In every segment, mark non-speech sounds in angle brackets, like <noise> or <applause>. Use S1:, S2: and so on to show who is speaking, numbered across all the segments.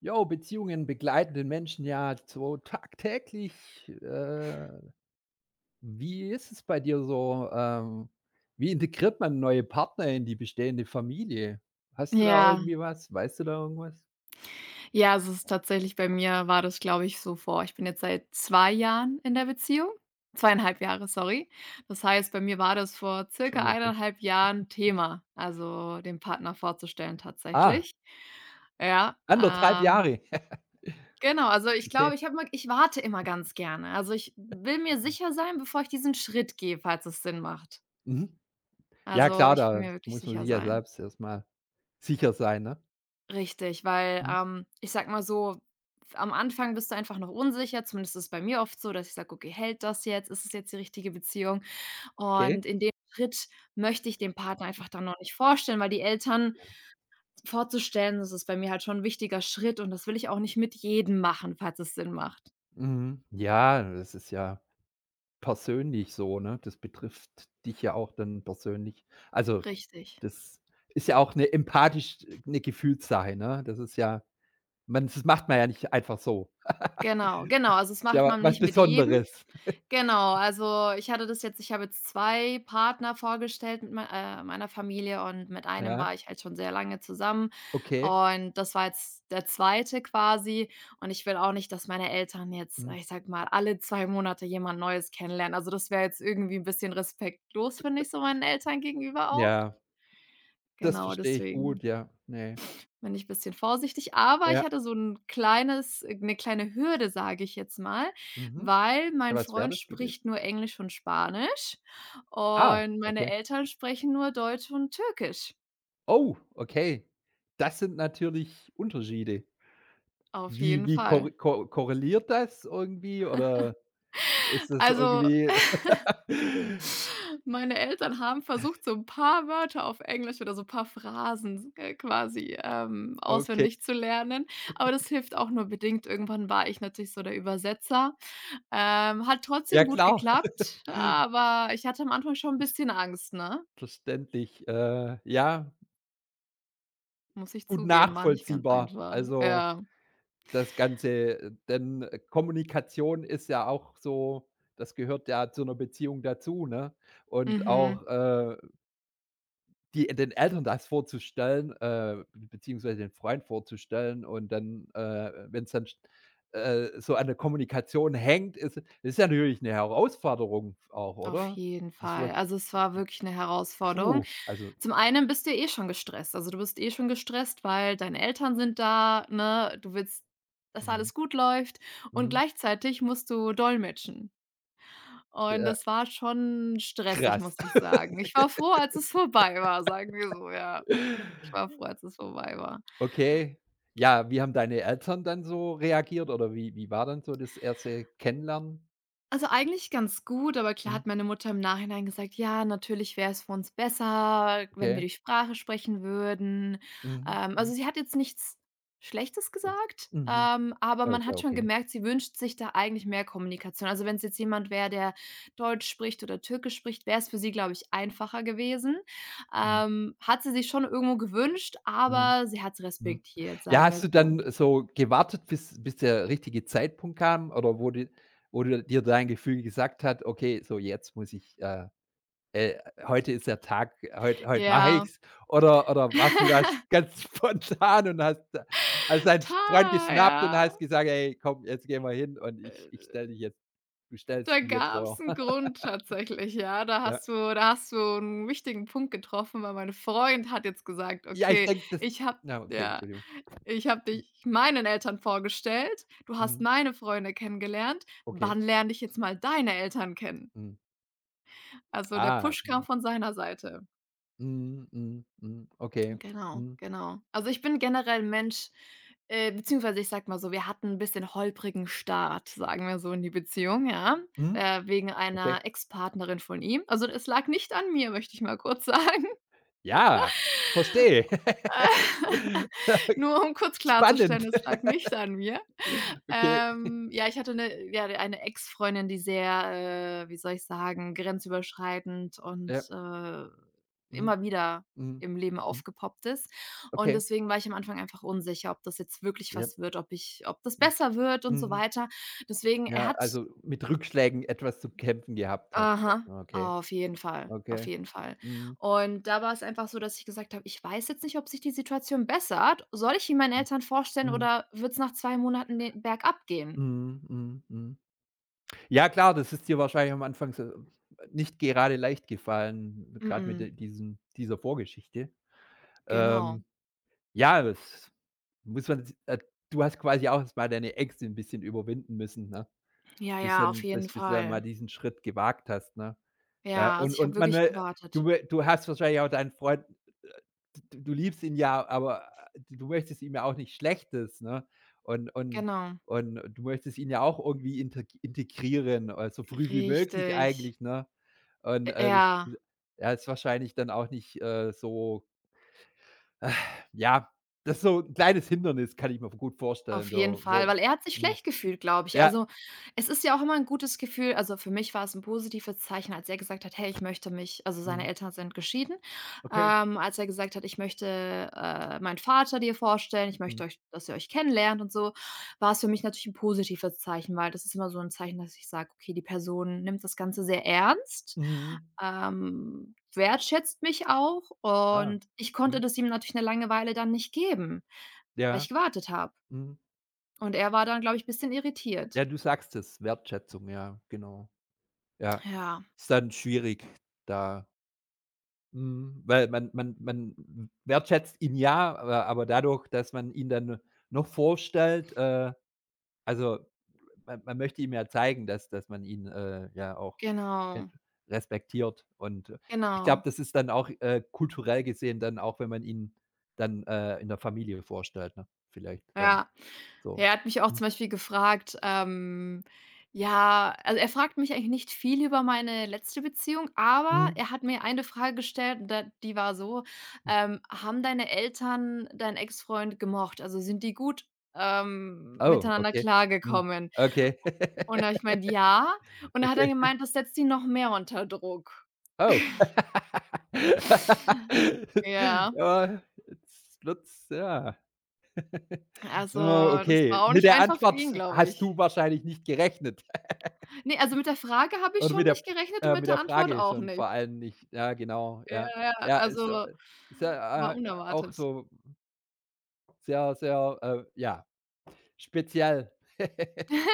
S1: Jo, Beziehungen begleiten den Menschen ja so tagtäglich. Äh, Wie ist es bei dir so? Wie integriert man neue Partner in die bestehende Familie? Hast du da
S2: Ja,
S1: irgendwie was? Weißt du da irgendwas?
S2: ja, es ist tatsächlich bei mir war das, glaube ich, so vor ich bin jetzt seit 2 Jahren in der Beziehung. 2,5 Jahre, sorry. Das heißt, bei mir war das vor circa
S1: Schon okay.
S2: 1,5 Jahren Thema, also den Partner vorzustellen
S1: Ah,
S2: tatsächlich. Ja,
S1: anderthalb Jahre. <laughs>
S2: genau, also ich
S1: Okay.
S2: glaube, ich warte immer ganz gerne. Also, ich will mir sicher sein, bevor ich diesen Schritt gehe, falls es Sinn macht.
S1: Mhm. Ja
S2: Also,
S1: klar,
S2: ich will
S1: da
S2: mir wirklich
S1: muss man
S2: sicher
S1: sich ja
S2: sein.
S1: selbst erstmal sicher sein, ne?
S2: Richtig, weil,
S1: Mhm.
S2: ich sag mal so, am Anfang bist du einfach noch unsicher, zumindest ist es bei mir oft so, dass ich sage: „Okay, hält das jetzt? Ist es jetzt die richtige Beziehung?“
S1: Okay.
S2: Und in dem Schritt möchte ich dem Partner einfach dann noch nicht vorstellen, weil die Eltern vorzustellen, das ist bei mir halt schon ein wichtiger Schritt und das will ich auch nicht mit jedem machen, falls es Sinn macht.
S1: Mhm. Ja, das ist ja persönlich so, ne? Das betrifft dich ja auch dann persönlich. Also,
S2: Richtig.
S1: das ist ja auch 'ne empathisch 'ne Gefühlssache, ne? Das ist ja man das macht man ja nicht einfach so.
S2: Genau, genau. Also, es
S1: Ist
S2: macht
S1: ja
S2: man
S1: was
S2: nicht mit jedem.
S1: Besonderes.
S2: Genau, also ich habe jetzt 2 Partner vorgestellt mit meiner Familie und mit einem war
S1: Ja,
S2: ich halt schon sehr lange zusammen
S1: okay.
S2: und das war jetzt der zweite quasi und ich will auch nicht, dass meine Eltern jetzt,
S1: Mhm.
S2: ich sag mal, alle 2 Monate jemand Neues kennenlernen. Also, das wäre jetzt irgendwie ein bisschen respektlos, finde ich, so meinen Eltern gegenüber auch.
S1: Ja, das
S2: Genau,
S1: verstehe ich
S2: deswegen.
S1: gut, ja. Ne.
S2: Bin ich bisschen vorsichtig, aber ich
S1: Ja.
S2: hatte so 'n kleines 'ne kleine Hürde, sage ich jetzt mal,
S1: Mhm.
S2: weil mein
S1: Was wäre
S2: Freund
S1: das
S2: spricht
S1: gewesen?
S2: nur Englisch und Spanisch
S1: Ah,
S2: und meine
S1: okay.
S2: Eltern sprechen nur Deutsch und Türkisch,
S1: Oh, okay. Das sind natürlich Unterschiede.
S2: auf
S1: Wie
S2: jeden
S1: wie
S2: Fall.
S1: korre ko Korreliert das irgendwie oder ist es
S2: Also,
S1: irgendwie? <laughs>
S2: meine Eltern haben versucht, so 'n paar Wörter auf Englisch oder so paar Phrasen, quasi,
S1: Okay.
S2: auswendig zu lernen, aber das hilft auch nur bedingt. Irgendwann war ich natürlich so der Übersetzer. Hat
S1: Ja
S2: trotzdem gut
S1: klar,
S2: geklappt, aber ich hatte am Anfang schon 'n
S1: das
S2: bisschen Angst, ne?
S1: verständlich. Ja,
S2: Muss ich
S1: gut
S2: zugeben, war nicht ganz
S1: nachvollziehbar.
S2: einfach.
S1: Also,
S2: Ja.
S1: das Ganze denn Kommunikation ist ja auch so, das gehört ja zu einer Beziehung dazu, ne? Und
S2: Mhm.
S1: auch, die den Eltern das vorzustellen, beziehungsweise den Freund vorzustellen und dann, wenn es dann sch so an der Kommunikation hängt, ist ja natürlich eine Herausforderung auch,
S2: Auf
S1: oder?
S2: jeden
S1: Das
S2: Fall. Also, es war wirklich 'ne Herausforderung.
S1: Puh, also
S2: Zum einen bist du ja eh schon gestresst. Also, du bist eh schon gestresst,
S1: sch
S2: weil deine Eltern sind da, ne? Du willst, dass
S1: mhm,
S2: alles gut läuft und
S1: mhm,
S2: gleichzeitig musst du dolmetschen. Und
S1: ja,
S2: das war schon stressig,
S1: krass.
S2: muss ich sagen. Ich war froh, als es vorbei war, sagen wir so, ja. Ich war froh,
S1: <laughs>
S2: als es vorbei war.
S1: Okay. Ja, wie haben deine Eltern dann so reagiert oder wie war dann so das erste Kennenlernen?
S2: Also, eigentlich ganz gut, aber klar
S1: Mhm,
S2: hat meine Mutter im Nachhinein gesagt: „Ja, natürlich wäre es für uns besser, wenn wir
S1: okay.
S2: die Sprache sprechen würden.“
S1: Mhm,
S2: Also,
S1: mhm.
S2: sie hat jetzt nichts Schlechtes
S1: Also
S2: gesagt,
S1: mhm,
S2: aber
S1: ah,
S2: man
S1: ist ja
S2: hat schon
S1: okay.
S2: gemerkt, sie wünscht sich da eigentlich mehr Kommunikation. Also, wenn es jetzt jemand wäre, der Deutsch spricht oder Türkisch spricht, wäre es für sie, glaube ich, einfacher gewesen.
S1: Mhm,
S2: Hat sie sich schon irgendwo gewünscht,
S1: mhm,
S2: aber sie hat's
S1: mhm.
S2: respektiert,
S1: Ja,
S2: sagen wir
S1: hast du
S2: so.
S1: dann so gewartet, bis der richtige Zeitpunkt kam oder wo du dir dein Gefühl gesagt hat: „Okay, so jetzt muss ich, Äh, heute ist der Tag. Heut mache
S2: Ja,
S1: ich's. Oder warst du da <laughs> ganz spontan und hast da hast deinen Freund
S2: total,
S1: geschnappt und
S2: ja.
S1: hast gesagt: „Hey, komm, jetzt gehen wir hin und ich stelle dich jetzt, du
S2: Da
S1: stellst ihn jetzt
S2: gab's
S1: vor.“
S2: 'n
S1: <laughs>
S2: Grund tatsächlich, ja. Da
S1: Ja.
S2: hast du da hast du 'n wichtigen Punkt getroffen, weil mein Freund hat jetzt gesagt:
S1: Ja, ich
S2: „Okay,
S1: denke, das,
S2: ich habe
S1: na, okay,
S2: ja,
S1: Entschuldigung.
S2: ich habe
S1: Hm,
S2: dich meinen Eltern vorgestellt. Du hast
S1: mhm,
S2: meine Freunde kennengelernt.
S1: okay,
S2: Wann lerne ich jetzt mal deine Eltern kennen?“
S1: mhm.
S2: Also, der
S1: Ah,
S2: Push kam
S1: mhm,
S2: von seiner Seite.
S1: mhm, mhm, mhm, okay,
S2: Genau,
S1: mhm,
S2: genau. Also, ich bin generell 'n Mensch beziehungsweise ich sag mal so, wir hatten ein bisschen holprigen Start, sagen wir so, in die Beziehung, ja,
S1: mhm,
S2: wegen
S1: okay.
S2: einer Ex-Partnerin von ihm. Also, es lag nicht an mir, möchte ich mal kurz sagen.
S1: Ja, verstehe. <laughs>
S2: <laughs> Nur um kurz klarzustellen,
S1: Spannend.
S2: es lag nicht an mir.
S1: Okay,
S2: Ja, ich hatte eine Ex-Freundin, die sehr, wie soll ich sagen, grenzüberschreitend und,
S1: ja, mhm,
S2: immer wieder
S1: mhm,
S2: im Leben
S1: mhm,
S2: aufgepoppt ist. Und
S1: okay,
S2: deswegen war ich am Anfang einfach unsicher, ob das jetzt wirklich
S1: ja.
S2: was wird, ob ich ob das besser wird und so
S1: Mhm.
S2: weiter. Deswegen er
S1: Ja,
S2: hat.
S1: also mit Rückschlägen etwas zu kämpfen gehabt hast.
S2: Aha,
S1: Okay,
S2: auf jeden Fall, auf
S1: okay.
S2: jeden Fall.
S1: Mhm.
S2: Und da war es einfach so, dass ich gesagt habe: „Ich weiß jetzt nicht, ob sich die Situation bessert. Soll ich ihn meinen
S1: Mhm.
S2: Eltern vorstellen
S1: Mhm.
S2: oder wird's nach 2 Monaten ne bergab gehen?“
S1: Mhm. Mhm. Ja klar, das ist dir wahrscheinlich am Anfang so nicht gerade leicht gefallen, gerade mit
S2: Mm.
S1: de diesem, dieser Vorgeschichte.
S2: Genau.
S1: Ähm, ja, das muss man, äh, du hast quasi auch erst mal deine Ängste ein bisschen überwinden müssen, ne?
S2: Ja,
S1: Bis
S2: ja, auf
S1: dann
S2: jeden
S1: bis bis du dann mal
S2: Fall.
S1: diesen Schritt gewagt hast, ne? Ja,
S2: Ja, also, ich habe
S1: und man
S2: wirklich gewartet.
S1: will du hast wahrscheinlich auch deinen Freund, äh, d du liebst ihn ja, aber du möchtest ihm ja auch nicht Schlechtes, ne? Und
S2: Genau.
S1: du möchtest ihn ja auch irgendwie integrieren, so früh wie möglich
S2: Richtig.
S1: eigentlich, ne? Und,
S2: J
S1: das
S2: ja.
S1: ja, ist wahrscheinlich dann auch nicht, so, ja, das ist so 'n kleines Hindernis, kann ich mir gut
S2: Auf
S1: vorstellen,
S2: jeden
S1: so,
S2: Fall,
S1: wo
S2: weil er hat sich
S1: mhm.
S2: schlecht gefühlt, glaube ich.
S1: Ja,
S2: Also, es ist ja auch immer 'n gutes Gefühl also, für mich war es 'n positives Zeichen, als er gesagt hat: „Hey, ich möchte mich“, also, seine
S1: mhm,
S2: Eltern sind geschieden.
S1: okay.
S2: Als er gesagt hat: „Ich möchte, meinen Vater dir vorstellen, ich möchte
S1: Mhm.
S2: euch dass ihr euch kennenlernt“ und so, war es für mich natürlich 'n positives Zeichen, weil das ist immer so 'n Zeichen, dass ich sage: „Okay, die Person nimmt das Ganze sehr ernst,
S1: Mhm.
S2: wertschätzt mich auch“
S1: Ah,
S2: und ich konnte
S1: mhm.
S2: das ihm natürlich 'ne Langeweile dann nicht geben, weil
S1: Ja,
S2: ich gewartet habe.
S1: mhm.
S2: Und er war dann, glaube ich, bisschen irritiert.
S1: Ja, du sagst es, Wertschätzung, ja, genau. Ja,
S2: Ja.
S1: ist dann schwierig da, mhm, weil man wertschätzt ihn ja, aber dadurch, dass man ihn dann noch vorstellt, also man möchte ihm ja zeigen, dass man ihn, ja auch
S2: Genau,
S1: ent respektiert und ich glaube,
S2: genau.
S1: das ist dann auch, kulturell gesehen dann auch, wenn man ihn dann, in der Familie vorstellt, ne? Vielleicht dann
S2: Ja.
S1: so.
S2: Er hat mich auch
S1: Mhm.
S2: zum Beispiel gefragt, ja, also er fragt mich eigentlich nicht viel über meine letzte Beziehung, aber er hat mir eine Frage gestellt und da die war so:
S1: Mhm.
S2: Haben deine Eltern deinen Ex-Freund gemocht? Also, sind die gut,
S1: Oh,
S2: miteinander
S1: okay. Mhm.
S2: klargekommen?“
S1: Okay.
S2: Und da habe ich
S1: <laughs>
S2: gemeint: „Ja.“ Und da hat er
S1: Okay.
S2: gemeint, das setzt ihn noch mehr unter Druck.
S1: Oh. <laughs>
S2: <laughs> Ja.
S1: Ja, jetzt wird's ja. <laughs>
S2: Also,
S1: Ah,
S2: das
S1: okay.
S2: war auch
S1: Mit
S2: nicht
S1: der
S2: einfach für ihn,
S1: Antwort
S2: glaube
S1: hast
S2: ich.
S1: du wahrscheinlich nicht gerechnet. <laughs>
S2: Ne, also mit der Frage habe ich
S1: Oder
S2: schon nicht gerechnet und mit
S1: mit
S2: der
S1: der
S2: Antwort
S1: Frage
S2: auch
S1: schon
S2: nicht.
S1: vor allem nicht. Ja, genau,
S2: Ja,
S1: ja.
S2: ja,
S1: Ja, ist,
S2: also
S1: ist
S2: war
S1: ja, äh, auch
S2: unerwartet.
S1: so sehr, sehr, ja, speziell. <laughs>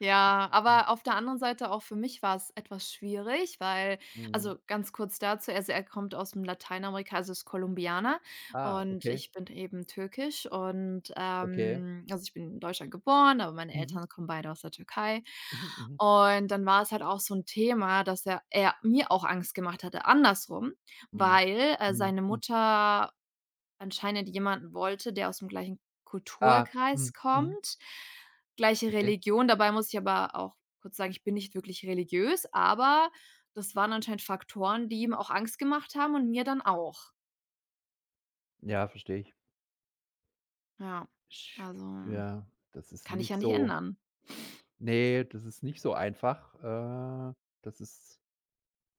S2: Ja,
S1: Mhm.
S2: aber auf der anderen Seite auch für mich war es etwas schwierig, weil
S1: Mhm.
S2: also ganz kurz dazu, also er kommt aus'm Lateinamerika, also ist Kolumbianer
S1: Ah,
S2: und
S1: okay,
S2: ich bin eben türkisch und,
S1: okay.
S2: also ich bin in Deutschland geboren, aber meine
S1: Mhm,
S2: Eltern kommen beide aus der Türkei.
S1: mhm, mhm.
S2: Und dann war es halt auch so ein Thema, dass er mir auch Angst gemacht hatte, andersrum,
S1: Mhm.
S2: weil,
S1: Mhm.
S2: seine
S1: Mhm.
S2: Mutter anscheinend jemanden wollte, der aus dem gleichen
S1: Ah,
S2: Kulturkreis
S1: mhm, mhm,
S2: kommt, gleiche
S1: okay.
S2: Religion. Dabei muss ich aber auch kurz sagen, ich bin nicht wirklich religiös, aber das waren anscheinend Faktoren, die ihm auch Angst gemacht haben und mir dann auch.
S1: Ja, verstehe ich.
S2: Ja,
S1: Sch
S2: also
S1: Ja, das ist
S2: kann ich ja
S1: nicht
S2: nicht
S1: so,
S2: ändern.
S1: ne, das ist nicht so einfach. Das ist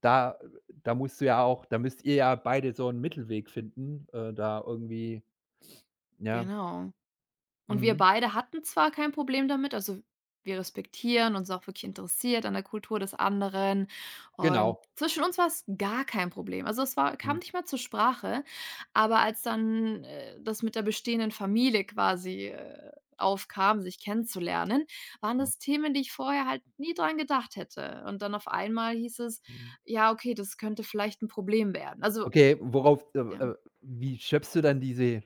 S1: da Da musst du ja auch, da müsst ihr ja beide so 'n Mittelweg finden, da irgendwie, ja,
S2: Genau. Und wir
S1: mhm,
S2: beide hatten zwar kein Problem damit, also wir respektieren uns auch wirklich interessiert an der Kultur des anderen und
S1: genau.
S2: zwischen uns war es gar kein Problem. Also, es war kam
S1: Mhm,
S2: nicht mal zur Sprache, aber als dann, das mit der bestehenden Familie quasi, aufkam, sich kennenzulernen, waren
S1: mhm,
S2: das Themen, die ich vorher halt nie dran gedacht hätte. Und dann auf einmal hieß es:
S1: mhm.
S2: „Ja, okay, das könnte vielleicht ein Problem werden.“ Also,
S1: Okay, worauf
S2: ja.
S1: wie schöpfst du dann diese,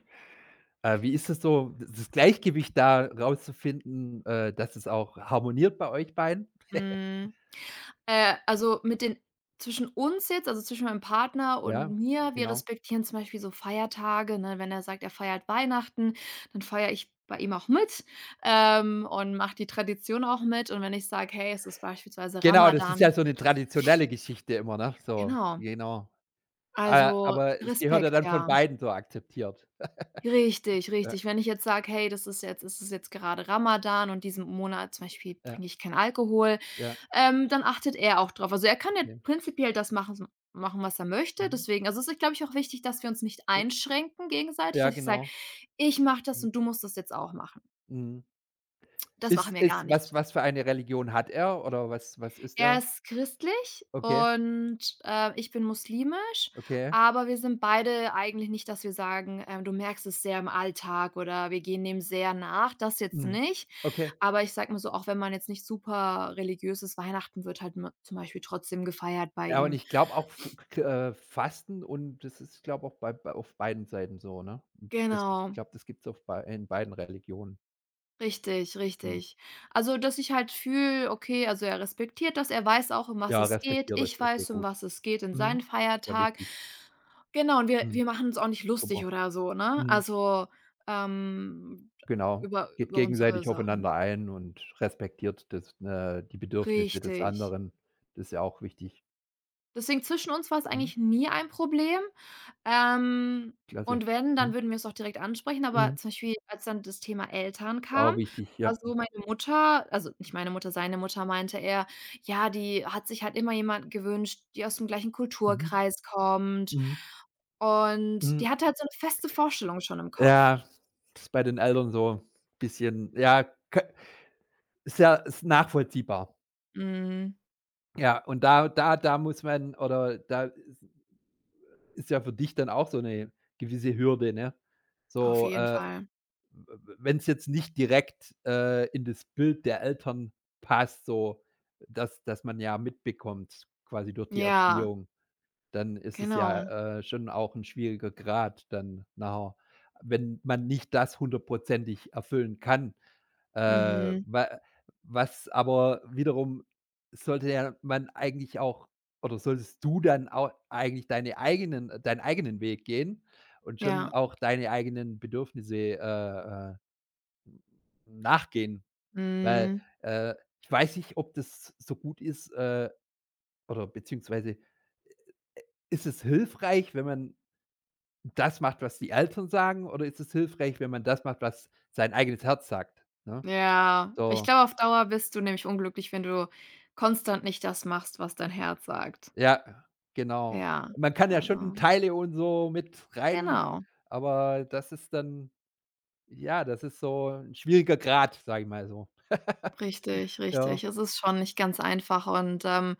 S1: wie ist es so, das Gleichgewicht da rauszufinden, dass es auch harmoniert bei euch beiden?
S2: Mhm. Also mit den zwischen uns jetzt, also zwischen meinem Partner und
S1: Ja,
S2: mir, mhm, wir
S1: genau.
S2: respektieren zum Beispiel so Feiertage, ne? Wenn er sagt, er feiert Weihnachten, dann feiere ich bei ihm auch mit, und mache die Tradition auch mit. Und wenn ich sage: „Hey, es ist beispielsweise
S1: Genau, das ist ja
S2: Ramadan“,
S1: so 'ne traditionelle Geschichte immer, ne? So,
S2: genau.
S1: genau.
S2: Also
S1: Aber es gehört ja
S2: Respekt,
S1: dann von
S2: ja.
S1: beiden so akzeptiert.
S2: Richtig,
S1: Ja,
S2: richtig. Wenn ich jetzt sage: „Hey, das ist jetzt es ist jetzt gerade Ramadan und diesen Monat zum Beispiel
S1: ja,
S2: trinke ich keinen Alkohol“.
S1: ja,
S2: Dann achtet er auch drauf. Also, er kann ja
S1: okay.
S2: prinzipiell das machen so, machen, was er möchte.
S1: Mhm.
S2: Deswegen also, es ist, glaube ich, auch wichtig, dass wir uns nicht
S1: J
S2: einschränken gegenseitig,
S1: Ja,
S2: dass ich sage:
S1: genau.
S2: „Ich mache das
S1: Mhm,
S2: und du musst das jetzt auch machen.“
S1: mhm.
S2: Das machen wir gar
S1: Ist
S2: nicht.
S1: was für eine Religion hat er oder was ist
S2: Er
S1: er?
S2: ist christlich
S1: Okay,
S2: und, ich bin muslimisch,
S1: okay.
S2: aber wir sind beide eigentlich nicht, dass wir sagen, „Du merkst es sehr im Alltag“ oder „Wir gehen dem sehr nach“, das jetzt
S1: Mhm.
S2: nicht.
S1: Okay.
S2: Aber ich sage mal so, auch wenn man jetzt nicht super religiös ist, Weihnachten wird halt m zum Beispiel trotzdem gefeiert bei
S1: Ja, und
S2: ihm.
S1: ich glaube auch f k Fasten und das ist, glaube auch bei bei auf beiden Seiten so, ne? Und das ich
S2: Genau,
S1: glaube, das gibt's auf bei in beiden Religionen.
S2: richtig,
S1: Mhm.
S2: richtig. Also, dass ich halt fühle, okay, also, er respektiert das, er weiß auch, um was
S1: Ja,
S2: es geht.
S1: respektiere
S2: Ich
S1: das. Okay,
S2: weiß, um
S1: gut.
S2: was es geht in seinen
S1: Mhm. Sehr
S2: Feiertag.
S1: wichtig.
S2: Genau, und wir
S1: Mhm.
S2: wir machen uns auch nicht lustig
S1: Super.
S2: oder so, ne?
S1: Mhm.
S2: Also, ähm,
S1: Genau.
S2: über
S1: Geht
S2: über unsere
S1: gegenseitig
S2: Sachen.
S1: aufeinander ein und respektiert das, die Bedürfnisse des
S2: Richtig.
S1: anderen. Das ist ja auch wichtig.
S2: Deswegen zwischen uns war es
S1: Mhm.
S2: eigentlich nie ein Problem. Ähm,
S1: Klasse.
S2: und wenn, dann
S1: Mhm.
S2: würden wir es auch direkt ansprechen, aber
S1: Mhm.
S2: zum Beispiel, als dann das Thema Eltern kam,
S1: Auch wichtig, ja.
S2: also meine Mutter also nicht meine Mutter, seine Mutter meinte er, ja, die hat sich halt immer jemand gewünscht, die aus dem gleichen
S1: Mhm.
S2: Kulturkreis kommt.
S1: Mhm.
S2: Und die
S1: Mhm.
S2: hatte halt so 'ne feste Vorstellung schon im Kopf.
S1: Ja, das ist bei den Eltern so 'n bisschen ja, kö ist ja ist nachvollziehbar.
S2: Mhm,
S1: Ja, und da muss man oder da ist ist ja für dich dann auch so 'ne gewisse Hürde, ne?
S2: auf
S1: So,
S2: jeden Fall.
S1: wenn es jetzt nicht direkt, in das Bild der Eltern passt, so, dass, dass man ja mitbekommt, quasi durch die
S2: Ja,
S1: Erziehung, dann ist es
S2: genau.
S1: ja, schon auch ein schwieriger Grad dann nachher, wenn man nicht das hundertprozentig erfüllen kann.
S2: Mhm,
S1: Wa was aber wiederum sollte ja man eigentlich auch, oder solltest du dann auch eigentlich deinen eigenen Weg gehen und schon
S2: ja,
S1: auch deine eigenen Bedürfnisse, nachgehen, weil,
S2: mhm.
S1: äh, ich weiß nicht, ob das so gut ist, oder beziehungsweise ist es hilfreich, wenn man das macht, was die Eltern sagen, oder ist es hilfreich, wenn man das macht, was sein eigenes Herz sagt, ne?
S2: Ja, ich
S1: So,
S2: glaube, auf Dauer bist du nämlich unglücklich, wenn du konstant nicht das machst, was dein Herz sagt.
S1: ja, genau.
S2: Ja,
S1: Man kann ja schon
S2: also
S1: Teile und so mit rein,
S2: genau,
S1: aber das ist dann ja, das ist so ein schwieriger Grad, sage ich mal so.
S2: richtig,
S1: Ja,
S2: richtig. Es ist schon nicht ganz einfach und,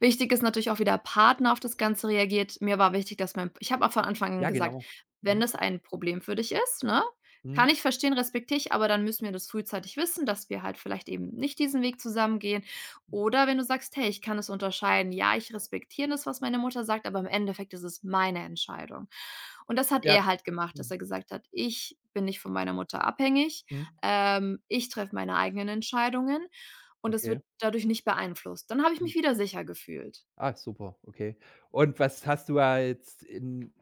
S2: wichtig ist natürlich auch, wie der Partner auf das Ganze reagiert. Mir war wichtig, dass mein ich habe auch von Anfang an
S1: ja,
S2: gesagt:
S1: genau.
S2: „Wenn
S1: Mhm,
S2: das ein Problem für dich ist, ne,
S1: mhm.
S2: kann ich verstehen, respektiere ich, aber dann müssen wir das frühzeitig wissen, dass wir halt vielleicht eben nicht diesen Weg zusammen gehen.“ Oder wenn du sagst: „Hey, ich kann es unterscheiden. Ja, ich respektiere das, was meine Mutter sagt, aber im Endeffekt ist es meine Entscheidung.“ Und das hat
S1: Ja,
S2: er halt gemacht, dass
S1: mhm,
S2: er gesagt hat: „Ich bin nicht von meiner Mutter abhängig.
S1: mhm.
S2: Ich treffe meine eigenen Entscheidungen und es
S1: Okay.
S2: wird dadurch nicht beeinflusst. Dann habe ich
S1: Mhm.
S2: mich wieder sicher gefühlt.“
S1: Ah, super, okay. Und was hast du ja jetzt in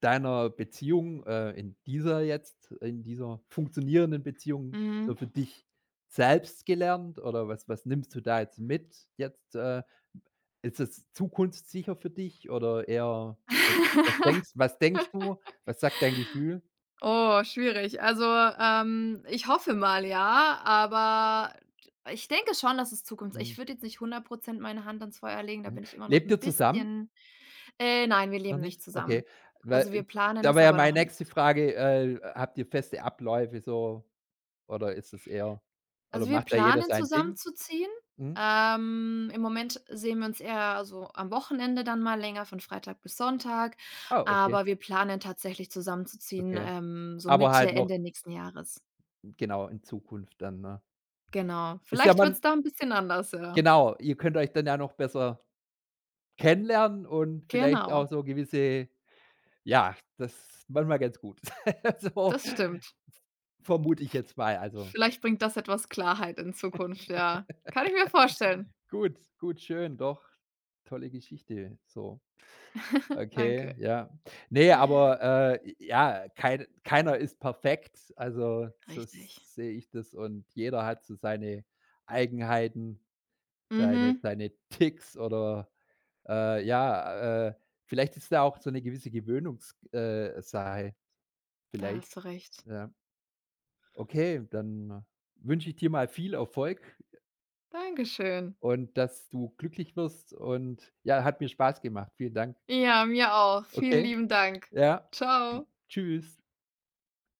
S1: deiner Beziehung, in dieser jetzt in dieser funktionierenden Beziehung so
S2: Mhm.
S1: für dich selbst gelernt oder was nimmst du da jetzt mit jetzt, ist es zukunftssicher für dich oder eher was
S2: <laughs>
S1: was denkst du? Was sagt dein Gefühl?
S2: Oh, schwierig. Also, ich hoffe mal ja, aber ich denke schon, dass es Zukunft. Ich
S1: Mhm,
S2: würde jetzt nicht 100% meine Hand ans Feuer legen, da
S1: mhm.
S2: bin ich immer noch
S1: Lebt
S2: 'n
S1: ihr zusammen?
S2: bisschen nein, wir
S1: Noch
S2: leben nicht
S1: nicht? Okay,
S2: zusammen.
S1: weil
S2: Also, wir planen
S1: da
S2: es,
S1: wäre ja
S2: aber noch
S1: meine
S2: nicht.
S1: nächste Frage, habt ihr feste Abläufe so, oder ist es eher, oder
S2: Also, wir
S1: macht da jeder
S2: planen
S1: sein Ding?
S2: zusammenzuziehen.
S1: Mhm.
S2: Im Moment sehen wir uns eher so am Wochenende dann mal länger, von Freitag bis Sonntag,
S1: Ah, okay,
S2: aber wir planen tatsächlich zusammenzuziehen,
S1: okay.
S2: so
S1: Aber
S2: Mitte,
S1: halt noch
S2: Ende nächsten Jahres.
S1: genau, in Zukunft dann, ne?
S2: Genau.
S1: Ist ja
S2: Vielleicht wird
S1: man
S2: es da ein bisschen anders, ja.
S1: genau, ihr könnt euch dann ja noch besser kennenlernen und vielleicht auch
S2: Genau,
S1: so gewisse ja, das ist manchmal ganz gut. <laughs> So
S2: das stimmt.
S1: vermute ich jetzt mal. Also,
S2: Vielleicht bringt das etwas Klarheit in Zukunft, ja. Kann ich mir vorstellen.
S1: gut, gut, schön, doch, tolle Geschichte, so.
S2: <laughs>
S1: Okay,
S2: Danke.
S1: ja. Ne, aber, ja, keiner ist perfekt. Also, so
S2: Richtig.
S1: sehe ich das und jeder hat so seine Eigenheiten,
S2: Mhm,
S1: seine Ticks oder, äh, ja, äh, vielleicht ist da auch so eine gewisse Gewöhnungs- Sache,
S2: da
S1: vielleicht.
S2: hast du recht.
S1: Ja. Okay, dann wünsche ich dir mal viel Erfolg
S2: Dankeschön.
S1: und dass du glücklich wirst und ja, hat mir Spaß gemacht. Vielen Dank.
S2: Ja, mir auch. Vielen
S1: Okay,
S2: lieben Dank.
S1: ja.
S2: Ciao.
S1: Tschüss.